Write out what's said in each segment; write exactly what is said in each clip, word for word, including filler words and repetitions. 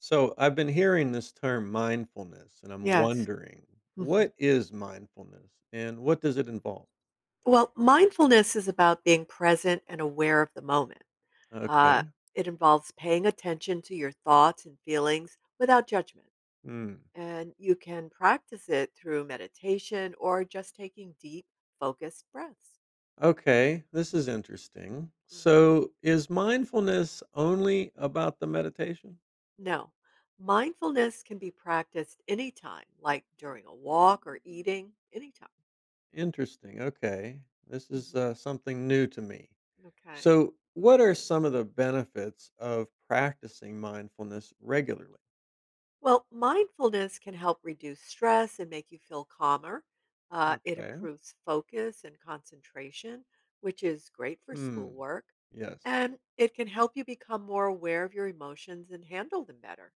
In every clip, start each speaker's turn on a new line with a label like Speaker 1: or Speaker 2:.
Speaker 1: So I've been hearing this term mindfulness, and I'm
Speaker 2: Yes.
Speaker 1: wondering
Speaker 2: Mhm.
Speaker 1: what is mindfulness and what does it involve?
Speaker 2: Well, mindfulness is about being present and aware of the moment. Uh,
Speaker 1: Okay.
Speaker 2: it involves paying attention to your thoughts and feelings without judgment.
Speaker 1: Hmm.
Speaker 2: And you can practice it through meditation or just taking deep, focused breaths.
Speaker 1: Okay. This is interesting.
Speaker 2: hmm
Speaker 1: So is mindfulness only about the meditation?
Speaker 2: No, mindfulness can be practiced anytime, like during a walk or eating, anytime.
Speaker 1: Interesting. Okay. This is
Speaker 2: hmm
Speaker 1: uh, something new to me.
Speaker 2: Okay.
Speaker 1: So, what are some of the benefits of practicing mindfulness regularly?
Speaker 2: Well, mindfulness can help reduce stress and make you feel calmer. Uh, it
Speaker 1: Okay.
Speaker 2: improves focus and concentration, which is great for
Speaker 1: Hmm.
Speaker 2: schoolwork.
Speaker 1: Yes.
Speaker 2: And it can help you become more aware of your emotions and handle them better.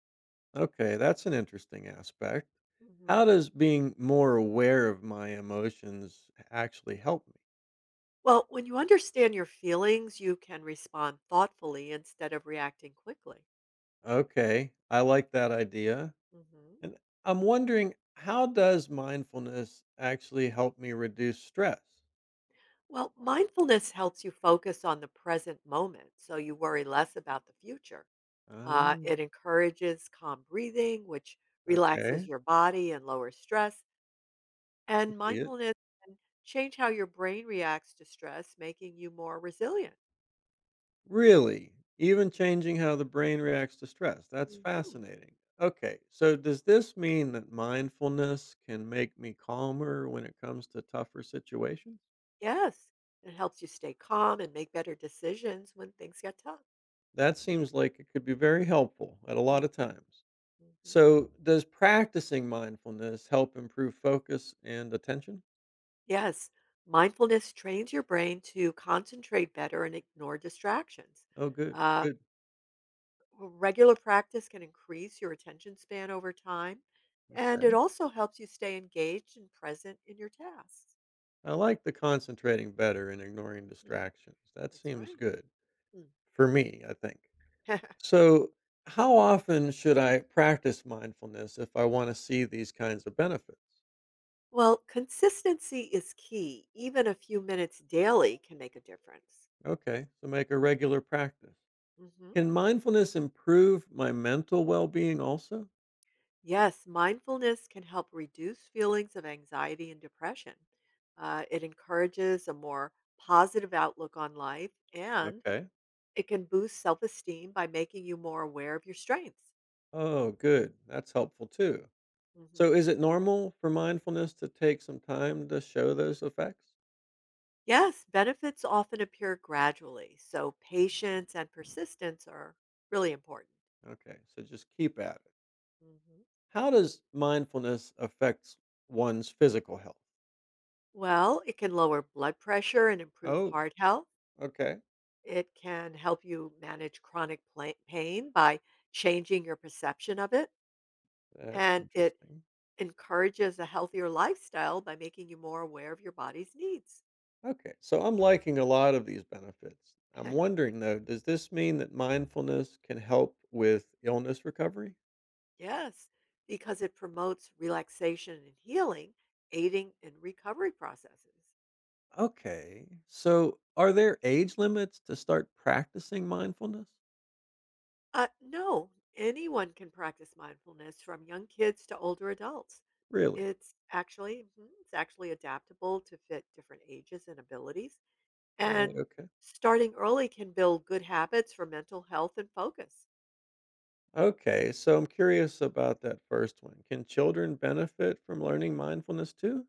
Speaker 1: Okay, that's an interesting aspect. How
Speaker 2: Mhm.
Speaker 1: does being more aware of my emotions actually help me?
Speaker 2: Well, when you understand your feelings, you can respond thoughtfully instead of reacting quickly.
Speaker 1: Okay, I like that idea.
Speaker 2: Mhm.
Speaker 1: And I'm wondering how does mindfulness actually help me reduce stress?
Speaker 2: Well, mindfulness helps you focus on the present moment so you worry less about the future. Uh,
Speaker 1: Oh,
Speaker 2: it encourages calm breathing, which
Speaker 1: okay.
Speaker 2: relaxes your body and lowers stress.
Speaker 1: I can
Speaker 2: And
Speaker 1: see it.
Speaker 2: mindfulness can change how your brain reacts to stress, making you more resilient.
Speaker 1: Really? Even
Speaker 2: Mhm.
Speaker 1: changing how the brain reacts to stress. That's
Speaker 2: Mhm.
Speaker 1: fascinating. Okay, so does this mean that mindfulness can make me calmer when it comes to tougher situations?
Speaker 2: Yes, it helps you stay calm and make better decisions when things get tough.
Speaker 1: That seems like it could be very helpful at a lot of
Speaker 2: Mhm.
Speaker 1: times.
Speaker 2: Mhm.
Speaker 1: So, does practicing mindfulness help improve focus and attention?
Speaker 2: Yes, mindfulness trains your brain to concentrate better and ignore distractions.
Speaker 1: Oh, good,
Speaker 2: Uh,
Speaker 1: good.
Speaker 2: Well, regular practice can increase your attention span over time, and it also helps you stay engaged and present in your tasks.
Speaker 1: I like the concentrating better and ignoring
Speaker 2: Mhm.
Speaker 1: distractions. That
Speaker 2: That's
Speaker 1: seems
Speaker 2: right.
Speaker 1: good
Speaker 2: Mm.
Speaker 1: for me, I think. So, how often should I practice mindfulness if I want to see these kinds of benefits?
Speaker 2: Well, consistency is key. Even a few minutes daily can make a difference.
Speaker 1: Okay, so make a regular practice.
Speaker 2: Mhm.
Speaker 1: Can mindfulness improve my mental well being also?
Speaker 2: Yes, mindfulness can help reduce feelings of anxiety and depression. Uh, it encourages a more positive outlook on life, and
Speaker 1: Okay.
Speaker 2: it can boost self esteem by making you more aware of your strengths.
Speaker 1: Oh, good. That's helpful too. So
Speaker 2: Mhm.
Speaker 1: is it normal for mindfulness to take some time to show those effects?
Speaker 2: Yes, benefits often appear gradually, so patience and persistence are really important.
Speaker 1: Okay, so just keep at it.
Speaker 2: hmm
Speaker 1: How does mindfulness affect one's physical health?
Speaker 2: Well, it can lower blood pressure and improve
Speaker 1: Oh,
Speaker 2: heart health.
Speaker 1: okay.
Speaker 2: It can help you manage chronic pla- pain by changing your perception of it.
Speaker 1: That's
Speaker 2: And it
Speaker 1: interesting.
Speaker 2: encourages a healthier lifestyle by making you more aware of your body's needs.
Speaker 1: Okay, so I'm liking a lot of these benefits. I'm wondering though, does this mean that mindfulness can help with illness recovery?
Speaker 2: Yes, because it promotes relaxation and healing, aiding in recovery processes.
Speaker 1: Okay, so are there age limits to start practicing mindfulness?
Speaker 2: Uh, no, anyone can practice mindfulness from young kids to older adults.
Speaker 1: Really?
Speaker 2: It's actually mhm, it's actually adaptable to fit different ages and abilities.
Speaker 1: Right,
Speaker 2: And
Speaker 1: okay.
Speaker 2: starting early can build good habits for mental health and focus.
Speaker 1: Okay, so I'm curious about that first one. Can children benefit from learning mindfulness too?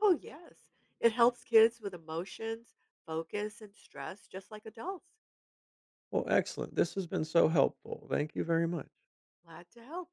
Speaker 2: Oh, yes. It helps kids with emotions, focus, and stress just like adults.
Speaker 1: Well, excellent. This has been so helpful. Thank you very much.
Speaker 2: Glad to help.